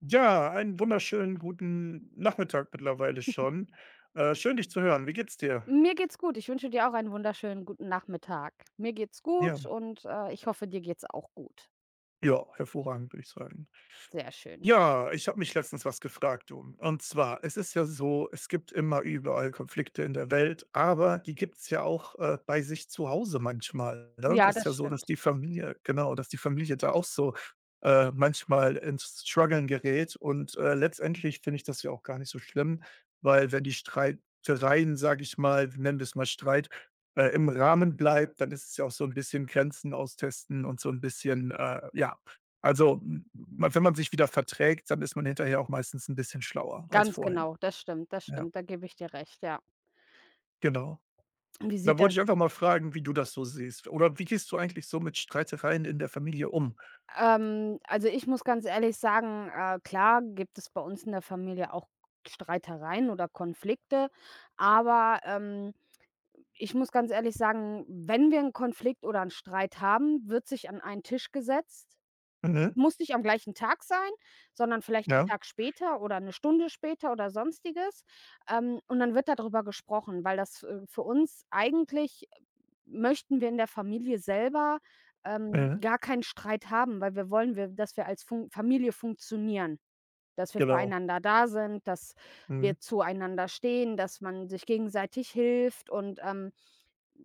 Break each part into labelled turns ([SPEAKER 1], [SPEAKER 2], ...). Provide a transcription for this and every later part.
[SPEAKER 1] Ja, einen wunderschönen guten Nachmittag mittlerweile schon. Schön, dich zu hören. Wie geht's dir?
[SPEAKER 2] Mir geht's gut. Ich wünsche dir auch einen wunderschönen guten Nachmittag. Mir geht's
[SPEAKER 1] Ja.
[SPEAKER 2] gut und, ich hoffe, dir geht's auch gut.
[SPEAKER 1] Ja, hervorragend, würde ich sagen.
[SPEAKER 2] Sehr schön.
[SPEAKER 1] Ja, ich habe mich letztens was gefragt, du. Und zwar, es ist ja so, es gibt immer überall Konflikte in der Welt, aber die gibt's ja auch bei sich zu Hause manchmal. Ne? Es
[SPEAKER 2] Ja,
[SPEAKER 1] ist ja
[SPEAKER 2] das
[SPEAKER 1] so, dass
[SPEAKER 2] stimmt.
[SPEAKER 1] die Familie, genau, dass die Familie da auch so manchmal ins Struggeln gerät. Und letztendlich finde ich das ja auch gar nicht so schlimm, weil wenn die Streitereien, sage ich mal, nennen wir es mal Streit, im Rahmen bleibt, dann ist es ja auch so ein bisschen Grenzen austesten und so ein bisschen ja also, m wenn man sich wieder verträgt, dann ist man hinterher auch meistens ein bisschen schlauer als
[SPEAKER 2] Ganz
[SPEAKER 1] vorher.
[SPEAKER 2] genau, das
[SPEAKER 1] Ja,
[SPEAKER 2] stimmt, da gebe ich dir recht, ja.
[SPEAKER 1] genau.
[SPEAKER 2] Wie sieht
[SPEAKER 1] Da wollte
[SPEAKER 2] das
[SPEAKER 1] ich einfach mal fragen, wie du das so siehst oder wie gehst du eigentlich so mit Streitereien in der Familie um?
[SPEAKER 2] also, ich muss ganz ehrlich sagen, klar gibt es bei uns in der Familie auch Streitereien oder Konflikte, aber, ich muss ganz ehrlich sagen, wenn wir einen Konflikt oder einen Streit haben, wird sich an einen Tisch gesetzt.
[SPEAKER 1] Mhm,
[SPEAKER 2] Muss nicht am gleichen Tag sein, sondern vielleicht 'n
[SPEAKER 1] ja,
[SPEAKER 2] Tag später oder 'ne Stunde später oder Sonstiges. Und dann wird da drüber gesprochen, weil das, für uns eigentlich möchten wir in der Familie selber,
[SPEAKER 1] mhm,
[SPEAKER 2] gar keinen Streit haben, weil wir wollen wir dass wir als Fun Familie funktionieren, dass wir
[SPEAKER 1] genau.
[SPEAKER 2] füreinander da sind, dass
[SPEAKER 1] Mhm,
[SPEAKER 2] wir zueinander stehen, dass man sich gegenseitig hilft und,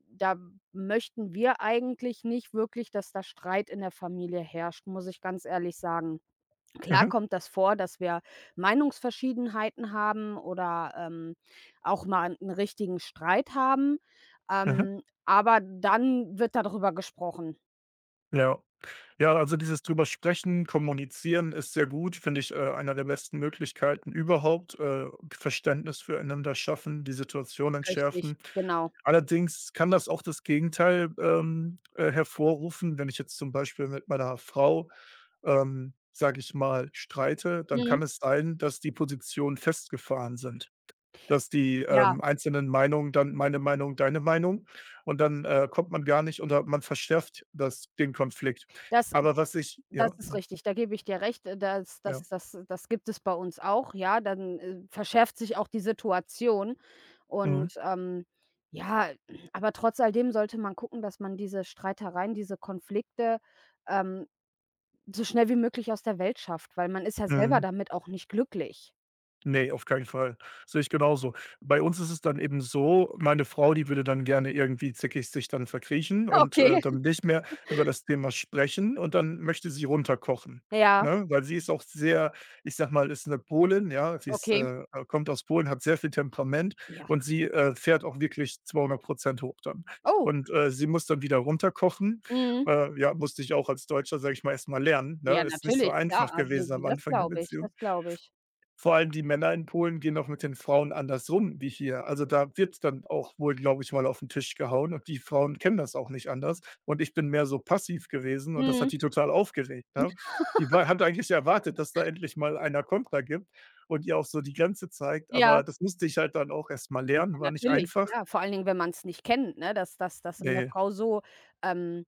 [SPEAKER 2] da möchten wir eigentlich nicht wirklich, dass da Streit in der Familie herrscht, muss ich ganz ehrlich sagen. Klar
[SPEAKER 1] mhm,
[SPEAKER 2] kommt das vor, dass wir Meinungsverschiedenheiten haben oder, auch mal einen richtigen Streit haben,
[SPEAKER 1] mhm,
[SPEAKER 2] aber dann wird darüber gesprochen.
[SPEAKER 1] ja. Ja, also dieses drüber sprechen, kommunizieren ist sehr gut, finde ich, einer der besten Möglichkeiten überhaupt, Verständnis füreinander schaffen, die Situation
[SPEAKER 2] Richtig,
[SPEAKER 1] entschärfen.
[SPEAKER 2] genau.
[SPEAKER 1] Allerdings kann das auch das Gegenteil, hervorrufen. Wenn ich jetzt zum Beispiel mit meiner Frau, sage ich mal, streite, dann
[SPEAKER 2] Mhm.
[SPEAKER 1] kann es sein, dass die Positionen festgefahren sind. Dass die,
[SPEAKER 2] Ja,
[SPEAKER 1] einzelnen Meinungen dann meine Meinung, deine Meinung und dann, kommt man gar nicht oder man verschärft das den Konflikt.
[SPEAKER 2] das
[SPEAKER 1] Aber was ich ja,
[SPEAKER 2] das ist
[SPEAKER 1] ne?
[SPEAKER 2] richtig, da gebe ich dir recht. Äh, das das
[SPEAKER 1] Ja.
[SPEAKER 2] das das gibt es bei uns auch, ja. Dann, verschärft sich auch die Situation
[SPEAKER 1] Mhm.
[SPEAKER 2] und, ja, aber trotz alledem sollte man gucken, dass man diese Streitereien, diese Konflikte, ähm so schnell wie möglich aus der Welt schafft, weil man ist ja selber
[SPEAKER 1] Mhm.
[SPEAKER 2] damit auch nicht glücklich.
[SPEAKER 1] Ne, auf keinen Fall. Sehe ich genauso. Bei uns ist es dann eben so, meine Frau, die würde dann gerne irgendwie zickig sich dann verkriechen und,
[SPEAKER 2] Okay.
[SPEAKER 1] dann nicht mehr über das Thema sprechen und dann möchte sie runterkochen,
[SPEAKER 2] Ja,
[SPEAKER 1] ne? Weil sie ist auch sehr ich sage mal, ist 'ne Polin, ja, sie ist,
[SPEAKER 2] okay.
[SPEAKER 1] kommt aus Polen, hat sehr viel Temperament
[SPEAKER 2] Ja.
[SPEAKER 1] und sie, fährt auch wirklich 200 hoch dann.
[SPEAKER 2] Oh,
[SPEAKER 1] Und, sie muss dann wieder runterkochen.
[SPEAKER 2] mhm.
[SPEAKER 1] Ja, musste ich auch als Deutscher, sage ich mal, erst mal lernen,
[SPEAKER 2] Ja,
[SPEAKER 1] ne? Ist nicht so
[SPEAKER 2] natürlich, klar.
[SPEAKER 1] einfach
[SPEAKER 2] Also,
[SPEAKER 1] gewesen am
[SPEAKER 2] das
[SPEAKER 1] Anfang der
[SPEAKER 2] glaube ich, das
[SPEAKER 1] Beziehung.
[SPEAKER 2] glaube ich.
[SPEAKER 1] Vor allem die Männer in Polen gehen auch mit den Frauen anders rum wie hier. Also, da wird's dann auch wohl, glaube ich, mal auf 'n Tisch gehauen und die Frauen kennen das auch nicht anders. Und ich bin mehr so passiv gewesen und das
[SPEAKER 2] Mhm,
[SPEAKER 1] hat die total aufgeregt, ne? Die war hat eigentlich erwartet, dass da endlich mal einer Kontra gibt und ihr auch so die Grenze zeigt,
[SPEAKER 2] ja.
[SPEAKER 1] aber das musste ich halt dann auch erst mal
[SPEAKER 2] Ja,
[SPEAKER 1] lernen, war nicht
[SPEAKER 2] natürlich,
[SPEAKER 1] einfach.
[SPEAKER 2] klar. Vor allen Dingen, wenn man's nicht kennt, ne, dass 'ne
[SPEAKER 1] Ne,
[SPEAKER 2] Frau so, ähm,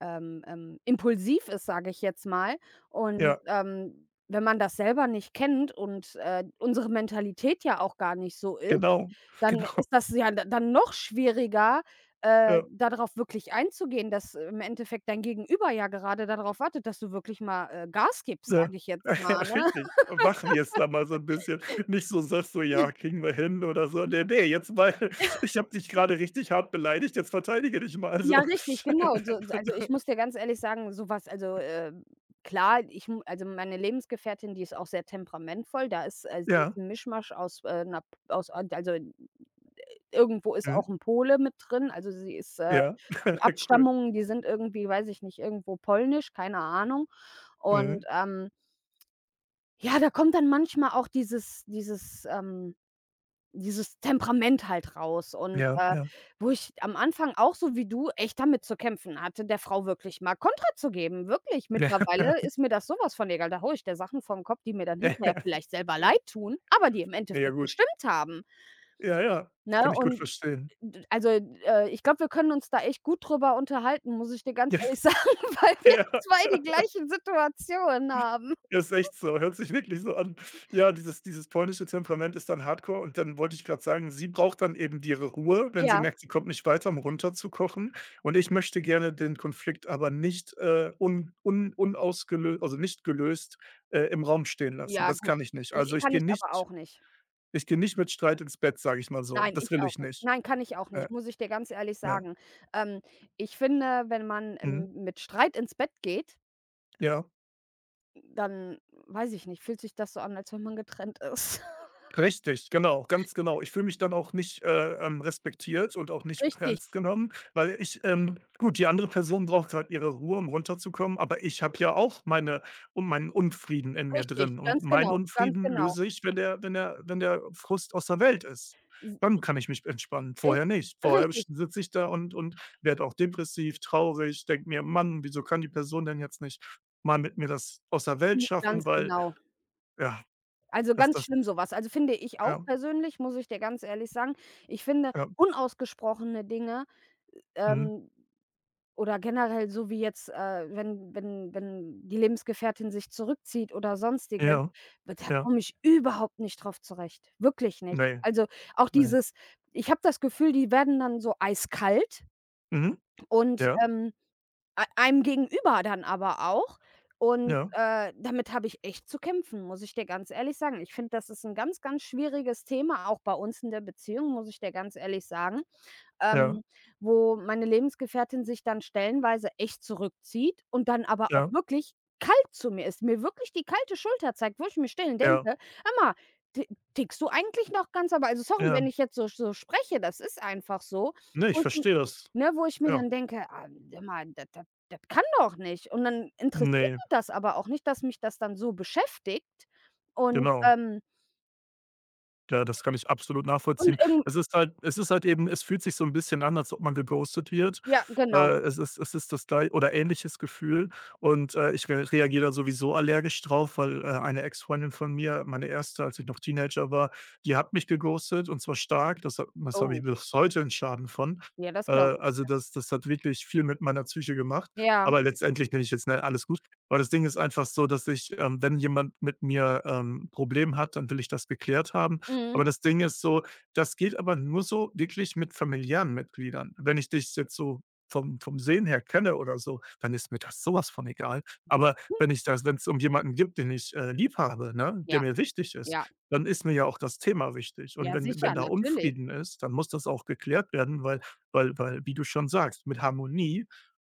[SPEAKER 2] impulsiv ist, sage ich jetzt mal. Und,
[SPEAKER 1] ja,
[SPEAKER 2] wenn man das selber nicht kennt und, unsere Mentalität ja auch gar nicht so ist.
[SPEAKER 1] genau,
[SPEAKER 2] Dann
[SPEAKER 1] genau,
[SPEAKER 2] ist das ja d dann noch schwieriger,
[SPEAKER 1] ja.
[SPEAKER 2] da drauf wirklich einzugehen, dass im Endeffekt dein Gegenüber ja gerade da drauf wartet, dass du wirklich mal, Gas gibst,
[SPEAKER 1] Ja.
[SPEAKER 2] sage ich jetzt
[SPEAKER 1] Ja,
[SPEAKER 2] mal, ne?
[SPEAKER 1] richtig. Machen jetzt da mal so 'n bisschen. Nicht so sagst so: „Ja, kriegen wir hin“ oder so. Ne, ne, jetzt mal ich habe dich grade richtig hart beleidigt, jetzt verteidige dich mal
[SPEAKER 2] Ja,
[SPEAKER 1] so.
[SPEAKER 2] richtig, genau. So so, also, ich muss dir ganz ehrlich sagen, so was also, klar, ich mu also, meine Lebensgefährtin, die ist auch sehr temperamentvoll. Da ist, so
[SPEAKER 1] Ja.
[SPEAKER 2] 'n Mischmasch aus, 'ner aus, also irgendwo ist auch
[SPEAKER 1] Mhm.
[SPEAKER 2] 'n Pole mit drin. Also,
[SPEAKER 1] Ja.
[SPEAKER 2] die
[SPEAKER 1] Cool.
[SPEAKER 2] Abstammungen, die sind irgendwie, weiß ich nicht, irgendwo polnisch, keine Ahnung. Und,
[SPEAKER 1] Mhm.
[SPEAKER 2] ja, da kommt dann manchmal auch dieses Temperament halt raus und,
[SPEAKER 1] Ja, ja.
[SPEAKER 2] wo ich am Anfang auch so wie du echt damit zu kämpfen hatte, der Frau wirklich mal Kontra zu geben, wirklich. Mittlerweile
[SPEAKER 1] Ja.
[SPEAKER 2] ist mir das so was von egal. Da haue ich der Sachen vor Kopf, die mir dann
[SPEAKER 1] Ja,
[SPEAKER 2] hinterher
[SPEAKER 1] ja.
[SPEAKER 2] vielleicht selber
[SPEAKER 1] Ja.
[SPEAKER 2] leid tun, aber die im
[SPEAKER 1] Na ja,
[SPEAKER 2] Endeffekt
[SPEAKER 1] gut.
[SPEAKER 2] gestimmt haben.
[SPEAKER 1] Ja, ja.
[SPEAKER 2] Ne,
[SPEAKER 1] Kann ich gut
[SPEAKER 2] und
[SPEAKER 1] verstehen.
[SPEAKER 2] d also, ich glaube, wir können uns da echt gut drüber unterhalten, muss ich dir ganz ehrlich sagen, weil wir
[SPEAKER 1] Ja. Ja.
[SPEAKER 2] 2 die gleichen Situationen haben.
[SPEAKER 1] Ja, ist echt so, hört sich wirklich so an. Ja, dieses polnische Temperament ist dann Hardcore und dann wollte ich gerade sagen, sie braucht dann eben ihre Ruhe, wenn sie
[SPEAKER 2] Ja,
[SPEAKER 1] merkt, sie kommt nicht weiter, um runterzukochen. Und ich möchte gerne den Konflikt aber nicht, un un unausgelö also nicht gelöst, im Raum stehen lassen.
[SPEAKER 2] ja,
[SPEAKER 1] Das
[SPEAKER 2] gut.
[SPEAKER 1] kann ich nicht.
[SPEAKER 2] Ne, kann ich aber auch nicht.
[SPEAKER 1] Ich gehe nicht mit Streit ins Bett, sage ich mal so.
[SPEAKER 2] Nein, ich
[SPEAKER 1] Das will
[SPEAKER 2] auch
[SPEAKER 1] ich
[SPEAKER 2] nicht.
[SPEAKER 1] nicht.
[SPEAKER 2] Nein, kann ich auch
[SPEAKER 1] Äh,
[SPEAKER 2] nicht, muss ich dir ganz ehrlich
[SPEAKER 1] ja.
[SPEAKER 2] sagen. Ähm, ich finde, wenn man,
[SPEAKER 1] Mhm.
[SPEAKER 2] mit Streit ins Bett geht,
[SPEAKER 1] Ja.
[SPEAKER 2] dann weiß ich nicht, fühlt sich das so an, als wenn man getrennt ist.
[SPEAKER 1] Richtig, genau, ganz genau. Ich fühle mich dann auch nicht, respektiert und auch nicht
[SPEAKER 2] Richtig,
[SPEAKER 1] ernst genommen, weil ich gut, die andere Person braucht halt ihre Ruhe, um runterzukommen, aber ich habe ja auch meine und meinen Unfrieden in mir
[SPEAKER 2] richtig,
[SPEAKER 1] drin und
[SPEAKER 2] ganz
[SPEAKER 1] meinen
[SPEAKER 2] genau, ganz
[SPEAKER 1] Unfrieden
[SPEAKER 2] genau.
[SPEAKER 1] löse ich, wenn der Frust aus der Welt ist.
[SPEAKER 2] S
[SPEAKER 1] Dann kann ich mich entspannen,
[SPEAKER 2] äh,
[SPEAKER 1] vorher nicht. Vorher
[SPEAKER 2] richtig,
[SPEAKER 1] sitze ich da und werde auch depressiv, traurig, denke mir: „Mann, wieso kann die Person denn jetzt nicht mal mit mir das aus der Welt
[SPEAKER 2] hm,
[SPEAKER 1] schaffen?“
[SPEAKER 2] ganz
[SPEAKER 1] Weil
[SPEAKER 2] genau.
[SPEAKER 1] ja,
[SPEAKER 2] Also,
[SPEAKER 1] dass
[SPEAKER 2] ganz
[SPEAKER 1] das
[SPEAKER 2] schlimm sowas. Also, finde ich auch
[SPEAKER 1] ja,
[SPEAKER 2] persönlich, muss ich dir ganz ehrlich sagen. Ich finde
[SPEAKER 1] ja,
[SPEAKER 2] unausgesprochene Dinge,
[SPEAKER 1] mhm.
[SPEAKER 2] ähm, oder generell so wie jetzt, wenn die Lebensgefährtin sich zurückzieht oder Sonstiges,
[SPEAKER 1] Ja,
[SPEAKER 2] da
[SPEAKER 1] ja.
[SPEAKER 2] komme ich überhaupt nicht drauf zurecht, wirklich nicht.
[SPEAKER 1] Ne,
[SPEAKER 2] Also, auch
[SPEAKER 1] ne.
[SPEAKER 2] dieses ich habe das Gefühl, die werden dann so eiskalt
[SPEAKER 1] Mhm.
[SPEAKER 2] und,
[SPEAKER 1] Ja,
[SPEAKER 2] Ei einem gegenüber dann aber auch. Und,
[SPEAKER 1] ja,
[SPEAKER 2] damit habe ich echt zu kämpfen, muss ich dir ganz ehrlich sagen. Ich finde, das ist ein ganz, ganz schwieriges Thema, auch bei uns in der Beziehung, muss ich dir ganz ehrlich sagen,
[SPEAKER 1] ja,
[SPEAKER 2] ähm, wo meine Lebensgefährtin sich dann stellenweise echt zurückzieht und dann aber auch
[SPEAKER 1] ja,
[SPEAKER 2] wirklich kalt zu mir ist, mir wirklich die kalte Schulter zeigt, wo ich mir still denke:
[SPEAKER 1] ja,
[SPEAKER 2] „Hör mal, ti tickst du eigentlich noch ganz, aber also, sorry, wenn
[SPEAKER 1] ja.
[SPEAKER 2] ich jetzt so spreche, das ist einfach so,
[SPEAKER 1] Ne, ich
[SPEAKER 2] wo ich m
[SPEAKER 1] verstehe das.
[SPEAKER 2] ne, wo ich mir
[SPEAKER 1] Ja,
[SPEAKER 2] dann denke: „Ah, sag mal, das kann doch nicht.“ Und dann interessiert
[SPEAKER 1] ne,
[SPEAKER 2] die das aber auch nicht, dass mich das dann so beschäftigt und,
[SPEAKER 1] genau.
[SPEAKER 2] ähm
[SPEAKER 1] Ja, das kann ich absolut
[SPEAKER 2] und
[SPEAKER 1] nachvollziehen.
[SPEAKER 2] irgend
[SPEAKER 1] Es ist halt eben es fühlt sich so ein bisschen an, als ob man geghostet wird.
[SPEAKER 2] ja, genau.
[SPEAKER 1] Es ist das glei oder ähnliches Gefühl und, ich re reagiere da sowieso allergisch drauf, weil, eine Ex-Freundin von mir, meine erste, als ich noch Teenager war, die hat mich geghostet und zwar stark. Das habe
[SPEAKER 2] Oh,
[SPEAKER 1] ich bis heute einen Schaden von.
[SPEAKER 2] ja, das
[SPEAKER 1] Äh,
[SPEAKER 2] glaube ich.
[SPEAKER 1] also, das das hat wirklich viel mit meiner Psyche gemacht,
[SPEAKER 2] Ja,
[SPEAKER 1] aber letztendlich bin ich jetzt ne, alles gut. Aber das Ding ist einfach so, dass ich, wenn jemand mit mir, 'n Problem hat, dann will ich das geklärt haben.
[SPEAKER 2] mhm,
[SPEAKER 1] Aber das Ding ist so, das geht aber nur so wirklich mit familiären Mitgliedern. Wenn ich dich jetzt so vom Sehen her kenne oder so, dann ist mir das so von egal. Aber wenn ich das Wenn es um jemanden gibt, den ich, lieb habe, ne, der
[SPEAKER 2] ja.
[SPEAKER 1] mir wichtig ist,
[SPEAKER 2] Ja,
[SPEAKER 1] dann ist mir ja auch das Thema wichtig. Und
[SPEAKER 2] ja
[SPEAKER 1] wenn
[SPEAKER 2] sicher,
[SPEAKER 1] wenn da
[SPEAKER 2] natürlich.
[SPEAKER 1] Unfrieden ist, dann muss das auch geklärt werden, weil weil, wie du schon sagst, mit Harmonie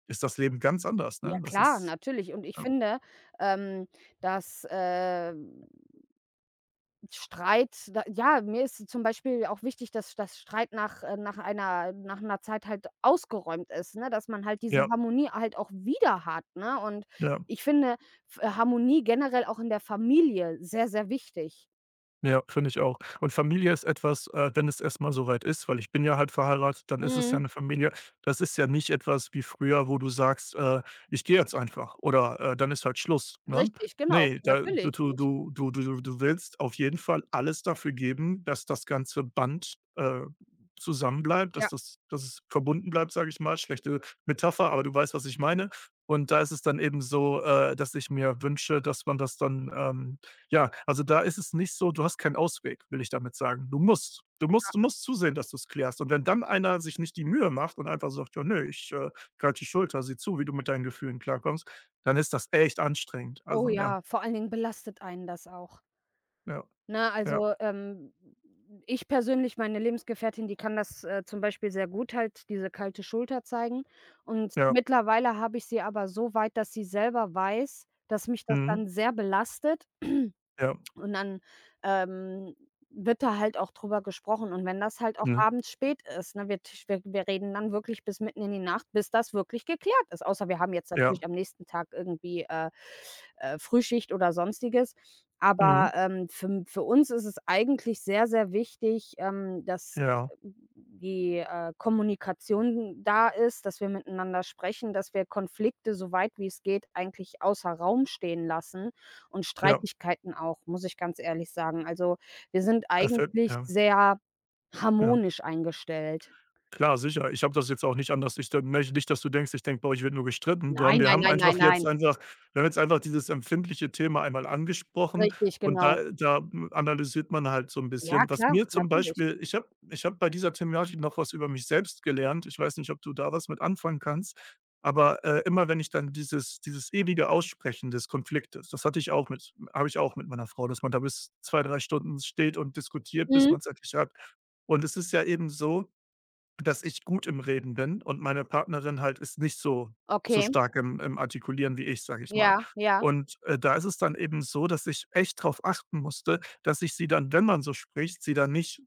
[SPEAKER 1] ist das Leben ganz anders,
[SPEAKER 2] Ja
[SPEAKER 1] ne? Das
[SPEAKER 2] klar,
[SPEAKER 1] ist,
[SPEAKER 2] natürlich. Und ich
[SPEAKER 1] ähm
[SPEAKER 2] finde, ähm, dass, Streit da ja, mir ist zum Beispiel auch wichtig, dass Streit nach einer Zeit halt ausgeräumt ist, ne, dass man halt diese
[SPEAKER 1] ja,
[SPEAKER 2] Harmonie halt auch wieder hat, ne? Und
[SPEAKER 1] ja.
[SPEAKER 2] ich finde F Harmonie generell auch in der Familie sehr, sehr wichtig.
[SPEAKER 1] Ja, finde ich auch. Und Familie ist etwas, wenn es erst mal so ist weil ich bin ja halt verheiratet, dann ist es ja
[SPEAKER 2] Mhm.
[SPEAKER 1] eine Familie. Das ist ja nicht etwas wie früher, wo du sagst: Ich gehe jetzt einfach“ oder, „Dann ist halt Schluss“, ne?
[SPEAKER 2] Richtig, genau,
[SPEAKER 1] Ne, da
[SPEAKER 2] natürlich
[SPEAKER 1] du du
[SPEAKER 2] nicht.
[SPEAKER 1] du du du du willst auf jeden Fall alles dafür geben, dass das ganze Band, zusammenbleibt,
[SPEAKER 2] Ja.
[SPEAKER 1] dass es verbunden bleibt, sage ich mal. Schlechte Metapher, aber du weißt, was ich meine. Und da ist es dann eben so, dass ich mir wünsche, dass man das dann, ja, also da ist es nicht so, du hast keinen Ausweg, will ich damit sagen. Du musst. Du musst zusehen, dass du es klärst. Und wenn dann einer sich nicht die Mühe macht und einfach sagt: „Ja, ne, ich, halte die Schulter, sieh zu, wie du mit deinen Gefühlen klarkommst“, dann ist das echt anstrengend.
[SPEAKER 2] Oh
[SPEAKER 1] Also, ja,
[SPEAKER 2] ja, vor allen Dingen belastet einen das auch.
[SPEAKER 1] ja,
[SPEAKER 2] Ne,
[SPEAKER 1] ja,
[SPEAKER 2] also, ich persönlich meine Lebensgefährtin, die kann das, zum Beispiel sehr gut halt, diese kalte Schulter zeigen. Und
[SPEAKER 1] ja.
[SPEAKER 2] mittlerweile habe ich sie aber so weit, dass sie selber weiß, dass mich das
[SPEAKER 1] Mhm.
[SPEAKER 2] dann sehr belastet
[SPEAKER 1] Ja.
[SPEAKER 2] und dann, ähm, wird da halt auch drüber gesprochen. Und wenn das halt auch
[SPEAKER 1] Mhm.
[SPEAKER 2] abends spät ist, ne, wir reden dann wirklich bis mitten in die Nacht, bis das wirklich geklärt ist. Außer wir haben jetzt
[SPEAKER 1] Ja.
[SPEAKER 2] natürlich am nächsten Tag irgendwie, Frühschicht oder Sonstiges.
[SPEAKER 1] Mhm.
[SPEAKER 2] Aber, für uns ist es eigentlich sehr, sehr wichtig, dass
[SPEAKER 1] Ja.
[SPEAKER 2] die, Kommunikation da ist, dass wir miteinander sprechen, dass wir Konflikte, so weit wie es geht, eigentlich außer Raum stehen lassen und
[SPEAKER 1] Ja.
[SPEAKER 2] Streitigkeiten auch, muss ich ganz ehrlich sagen. Also, wir sind
[SPEAKER 1] Da
[SPEAKER 2] eigentlich
[SPEAKER 1] ja,
[SPEAKER 2] sehr
[SPEAKER 1] ja.
[SPEAKER 2] harmonisch eingestellt.
[SPEAKER 1] Klar, sicher. Ich habe das jetzt auch nicht anders ich da Möchte nicht, dass du denkst, ich denke: „Boah, ich werde nur gestritten.“ Sondern
[SPEAKER 2] Nein,
[SPEAKER 1] wir
[SPEAKER 2] nein,
[SPEAKER 1] haben
[SPEAKER 2] nein, nein,
[SPEAKER 1] einfach
[SPEAKER 2] nein.
[SPEAKER 1] jetzt einfach Wir haben jetzt einfach dieses empfindliche Thema einmal angesprochen
[SPEAKER 2] Richtig,
[SPEAKER 1] und da
[SPEAKER 2] genau.
[SPEAKER 1] da analysiert man halt so ein
[SPEAKER 2] Ja,
[SPEAKER 1] bisschen. Was
[SPEAKER 2] klar,
[SPEAKER 1] mir zum
[SPEAKER 2] natürlich.
[SPEAKER 1] Beispiel Ich habe bei dieser Thematik noch was über mich selbst gelernt. Ich weiß nicht, ob du da was mit anfangen kannst, aber, immer wenn ich dann dieses ewige Aussprechen des Konfliktes, das hatte ich auch mit habe ich auch mit meiner Frau, dass man da bis 2, 3 Stunden steht und diskutiert, bis
[SPEAKER 2] Mhm,
[SPEAKER 1] man es endlich hat. Und es ist ja eben so, dass ich gut im Reden bin und meine Partnerin halt ist nicht so so
[SPEAKER 2] okay.
[SPEAKER 1] stark im Artikulieren wie ich, sage ich mal.
[SPEAKER 2] Ja, ja,
[SPEAKER 1] Und, da ist es dann eben so, dass ich echt darauf achten musste, dass ich sie dann, wenn man so spricht, sie dann nicht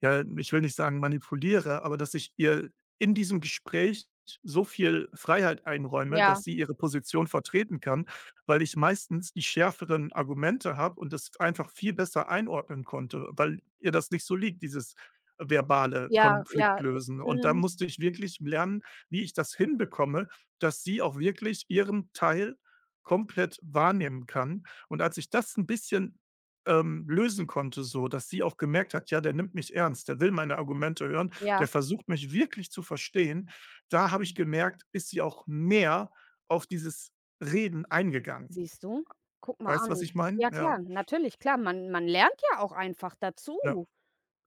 [SPEAKER 1] ja, ich will nicht sagen manipuliere, aber dass ich ihr in diesem Gespräch so viel Freiheit einräume,
[SPEAKER 2] ja,
[SPEAKER 1] dass sie ihre Position vertreten kann, weil ich meistens die schärferen Argumente habe und das einfach viel besser einordnen konnte, weil ihr das nicht so liegt, dieses verbale
[SPEAKER 2] ja, ja,
[SPEAKER 1] Konflikt lösen. Und da
[SPEAKER 2] mhm,
[SPEAKER 1] musste ich wirklich lernen, wie ich das hinbekomme, dass sie auch wirklich ihren Teil komplett wahrnehmen kann. Und als ich das ein bisschen, lösen konnte so, dass sie auch gemerkt hat: „Ja, der nimmt mich ernst, der will meine Argumente hören,
[SPEAKER 2] ja.
[SPEAKER 1] der versucht mich wirklich zu verstehen“, da habe ich gemerkt, ist sie auch mehr auf dieses Reden eingegangen.
[SPEAKER 2] Siehst du? Guck mal
[SPEAKER 1] Weißt du, was
[SPEAKER 2] an.
[SPEAKER 1] ich meine?
[SPEAKER 2] Ja
[SPEAKER 1] Ja,
[SPEAKER 2] klar, natürlich, klar, man lernt ja auch einfach
[SPEAKER 1] ja,
[SPEAKER 2] dazu.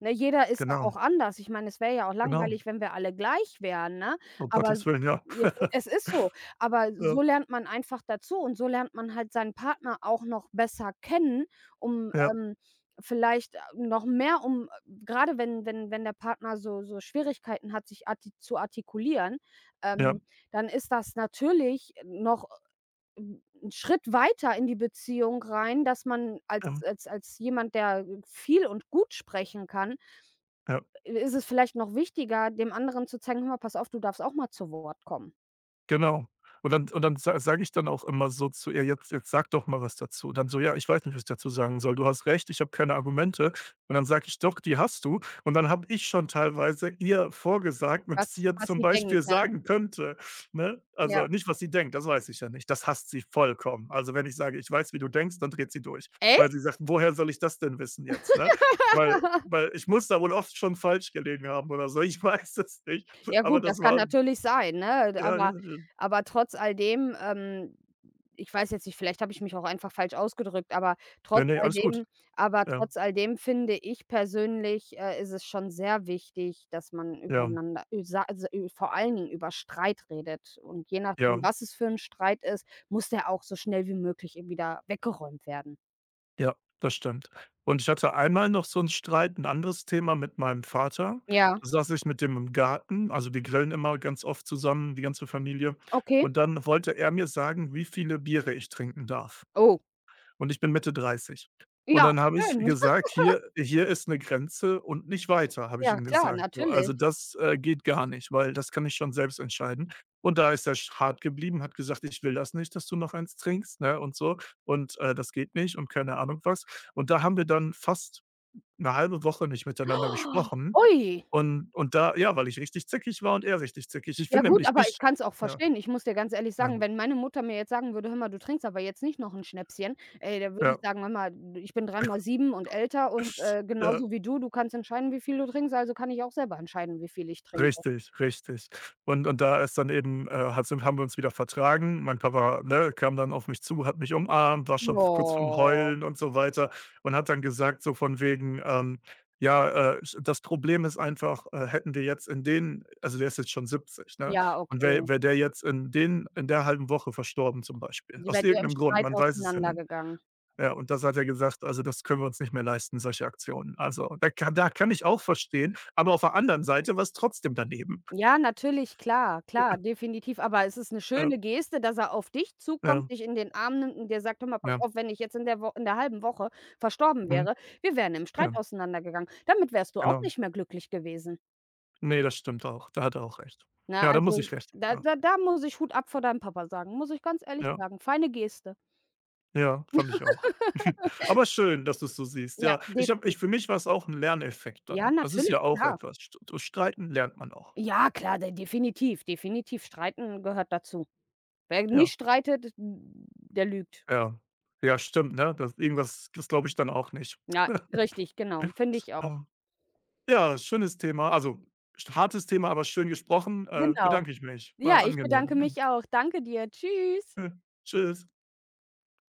[SPEAKER 2] Ne, jeder ist ja
[SPEAKER 1] genau,
[SPEAKER 2] auch anders. Ich meine, es wäre ja auch
[SPEAKER 1] genau.
[SPEAKER 2] langweilig, wenn wir alle gleich wären, ne?
[SPEAKER 1] Um
[SPEAKER 2] Aber
[SPEAKER 1] Gottes Willen, ja.
[SPEAKER 2] ja, es ist so. Aber
[SPEAKER 1] Ja,
[SPEAKER 2] so lernt man einfach dazu und so lernt man halt seinen Partner auch noch besser kennen, um,
[SPEAKER 1] ja,
[SPEAKER 2] vielleicht, noch mehr um gerade wenn der Partner so Schwierigkeiten hat, sich arti zu artikulieren,
[SPEAKER 1] ja,
[SPEAKER 2] ähm, dann ist das natürlich noch 'n Schritt weiter in die Beziehung rein, dass man als
[SPEAKER 1] ähm,
[SPEAKER 2] jemand, der viel und gut sprechen kann,
[SPEAKER 1] ja.
[SPEAKER 2] ist es vielleicht noch wichtiger, dem anderen zu zeigen: „Hör mal, pass auf, du darfst auch mal zu Wort kommen.“
[SPEAKER 1] Genau. Und dann sa sage ich dann auch immer so zu ihr: „Jetzt sag doch mal was dazu.“ Dann so: „Ja, ich weiß nicht, was ich dazu sagen soll. Du hast recht, ich habe keine Argumente.“ Und dann sage ich: „Doch, die hast du.“ Und dann habe ich schon teilweise ihr vorgesagt, was sie
[SPEAKER 2] Was
[SPEAKER 1] jetzt
[SPEAKER 2] was
[SPEAKER 1] zum
[SPEAKER 2] sie
[SPEAKER 1] Beispiel
[SPEAKER 2] denkt, ne?
[SPEAKER 1] sagen könnte, ne?
[SPEAKER 2] Ja.
[SPEAKER 1] Also, nicht, was sie denkt, das weiß ich ja nicht. Das hasst sie vollkommen. Also, wenn ich sage: „Ich weiß, wie du denkst“, dann dreht sie durch, weil
[SPEAKER 2] Echt?
[SPEAKER 1] sie sagt: „Woher soll ich das denn wissen jetzt“, ne? Weil ich muss da wohl oft schon falsch gelegen haben oder so, ich weiß es nicht.
[SPEAKER 2] Ja gut,
[SPEAKER 1] Aber das
[SPEAKER 2] das kann
[SPEAKER 1] war
[SPEAKER 2] natürlich sein, ne?
[SPEAKER 1] ja, ja,
[SPEAKER 2] Aber
[SPEAKER 1] ja.
[SPEAKER 2] aber trotz alledem, ich weiß jetzt nicht, vielleicht habe ich mich auch einfach falsch ausgedrückt, aber
[SPEAKER 1] Ne,
[SPEAKER 2] trotz
[SPEAKER 1] ne, alles gut.
[SPEAKER 2] alledem aber
[SPEAKER 1] Ja,
[SPEAKER 2] trotz alledem finde ich persönlich, ist es schon sehr wichtig, dass man
[SPEAKER 1] ja,
[SPEAKER 2] übereinander ü sa also, ü vor allen Dingen über Streit redet. Und je nachdem,
[SPEAKER 1] ja,
[SPEAKER 2] was es für 'n Streit ist, muss der auch so schnell wie möglich eben wieder weggeräumt werden.
[SPEAKER 1] ja, das stimmt. Und ich hatte einmal noch so 'n Streit, 'n anderes Thema mit meinem Vater.
[SPEAKER 2] Ja,
[SPEAKER 1] Da saß ich mit dem im Garten, also wir grillen immer ganz oft zusammen, die ganze Familie.
[SPEAKER 2] okay.
[SPEAKER 1] Und dann wollte er mir sagen, wie viele Biere ich trinken darf.
[SPEAKER 2] Oh,
[SPEAKER 1] Und ich bin Mitte 30. Und
[SPEAKER 2] ja,
[SPEAKER 1] dann habe ich
[SPEAKER 2] schön.
[SPEAKER 1] gesagt: „Hier hier ist 'ne Grenze und nicht weiter“, habe ich
[SPEAKER 2] Ja,
[SPEAKER 1] ihm
[SPEAKER 2] klar,
[SPEAKER 1] gesagt. So,
[SPEAKER 2] natürlich.
[SPEAKER 1] also das, geht gar nicht, weil das kann ich schon selbst entscheiden. Und da ist er sch hart geblieben, hat gesagt: „Ich will das nicht, dass du noch eins trinkst“, ne, und so und, das geht nicht und keine Ahnung was. Und da haben wir dann fast 'ne halbe Woche nicht miteinander gesprochen
[SPEAKER 2] Ui,
[SPEAKER 1] und da ja, weil ich richtig zickig war und er richtig zickig. Ich
[SPEAKER 2] ja
[SPEAKER 1] bin
[SPEAKER 2] gut,
[SPEAKER 1] nämlich
[SPEAKER 2] aber ich
[SPEAKER 1] nicht
[SPEAKER 2] kann es auch
[SPEAKER 1] ja,
[SPEAKER 2] verstehen. Ich muss dir ganz ehrlich
[SPEAKER 1] ja,
[SPEAKER 2] sagen, wenn meine Mutter mir jetzt sagen würde: „Hör mal, du trinkst aber jetzt nicht noch ein Schnäpschen“, ey, da würde ich
[SPEAKER 1] ja.
[SPEAKER 2] sagen: „Mama, ich bin dreimal 7 und älter und,
[SPEAKER 1] Ja.
[SPEAKER 2] genauso wie du. Du kannst entscheiden, wie viel du trinkst, also kann ich auch selber entscheiden, wie viel ich trinke.“
[SPEAKER 1] Richtig, richtig. Und da ist dann eben, hat haben wir uns wieder vertragen. Mein Papa, ne, kam dann auf mich zu, hat mich umarmt, war schon
[SPEAKER 2] Ja,
[SPEAKER 1] kurz vorm Heulen und so weiter und hat dann gesagt, so von wegen, ja, das Problem ist einfach, hätten wir jetzt in den also der ist jetzt schon 70, ne?
[SPEAKER 2] ja,
[SPEAKER 1] Und
[SPEAKER 2] okay.
[SPEAKER 1] wäre der jetzt in der halben Woche verstorben zum Beispiel,
[SPEAKER 2] Die
[SPEAKER 1] aus
[SPEAKER 2] werdet ihr im
[SPEAKER 1] irgendeinem Grund,
[SPEAKER 2] Streit
[SPEAKER 1] man weiß es ja nicht.
[SPEAKER 2] auseinandergegangen.
[SPEAKER 1] Ja, und das hat er gesagt: „Also, das können wir uns nicht mehr leisten, solche Aktionen.“ Also, da kann ich auch verstehen, aber auf der anderen Seite war's trotzdem daneben.
[SPEAKER 2] Ja, natürlich, klar, klar, definitiv. Aber es ist 'ne
[SPEAKER 1] Ja,
[SPEAKER 2] schöne Geste, dass er auf dich zukommt,
[SPEAKER 1] ja,
[SPEAKER 2] dich in den Arm nimmt und dir sagt: „Hör mal, pass
[SPEAKER 1] ja,
[SPEAKER 2] auf, wenn ich jetzt in der halben Woche verstorben
[SPEAKER 1] mhm,
[SPEAKER 2] wäre, wir wären im Streit
[SPEAKER 1] ja,
[SPEAKER 2] auseinandergegangen. Damit wärst du auch
[SPEAKER 1] genau.
[SPEAKER 2] nicht mehr glücklich gewesen.“
[SPEAKER 1] Nee, das stimmt auch. Da hat er auch recht.
[SPEAKER 2] Ne,
[SPEAKER 1] Ja, da muss
[SPEAKER 2] also,
[SPEAKER 1] ich recht geben,
[SPEAKER 2] da
[SPEAKER 1] ja.
[SPEAKER 2] da da muss ich Hut ab vor deinem Papa sagen, muss ich ganz ehrlich
[SPEAKER 1] Ja,
[SPEAKER 2] sagen. Feine Geste.
[SPEAKER 1] ja, fand ich auch. Aber schön, dass du's so siehst.
[SPEAKER 2] Ja,
[SPEAKER 1] Ja, ich habe
[SPEAKER 2] defini
[SPEAKER 1] ich für mich war es auch ein Lerneffekt
[SPEAKER 2] ja,
[SPEAKER 1] dann. Das ist
[SPEAKER 2] natürlich,
[SPEAKER 1] ja auch
[SPEAKER 2] klar.
[SPEAKER 1] etwas. St Durch Streiten lernt man auch.
[SPEAKER 2] Ja, klar, de definitiv, definitiv. Streiten gehört dazu. Wer nicht
[SPEAKER 1] Ja,
[SPEAKER 2] streitet, der lügt.
[SPEAKER 1] ja. Ja, stimmt, ne? Das irgendwas das glaube ich dann auch nicht.
[SPEAKER 2] Ja, richtig, genau, finde ich auch.
[SPEAKER 1] Ja. Ja, schönes Thema. Also, hartes Thema, aber schön gesprochen. Äh,
[SPEAKER 2] Genau.
[SPEAKER 1] bedanke ich mich.
[SPEAKER 2] Ja,
[SPEAKER 1] War
[SPEAKER 2] ich bedanke
[SPEAKER 1] angenehm.
[SPEAKER 2] mich auch. Danke dir. Tschüss.
[SPEAKER 1] Ja. Tschüss.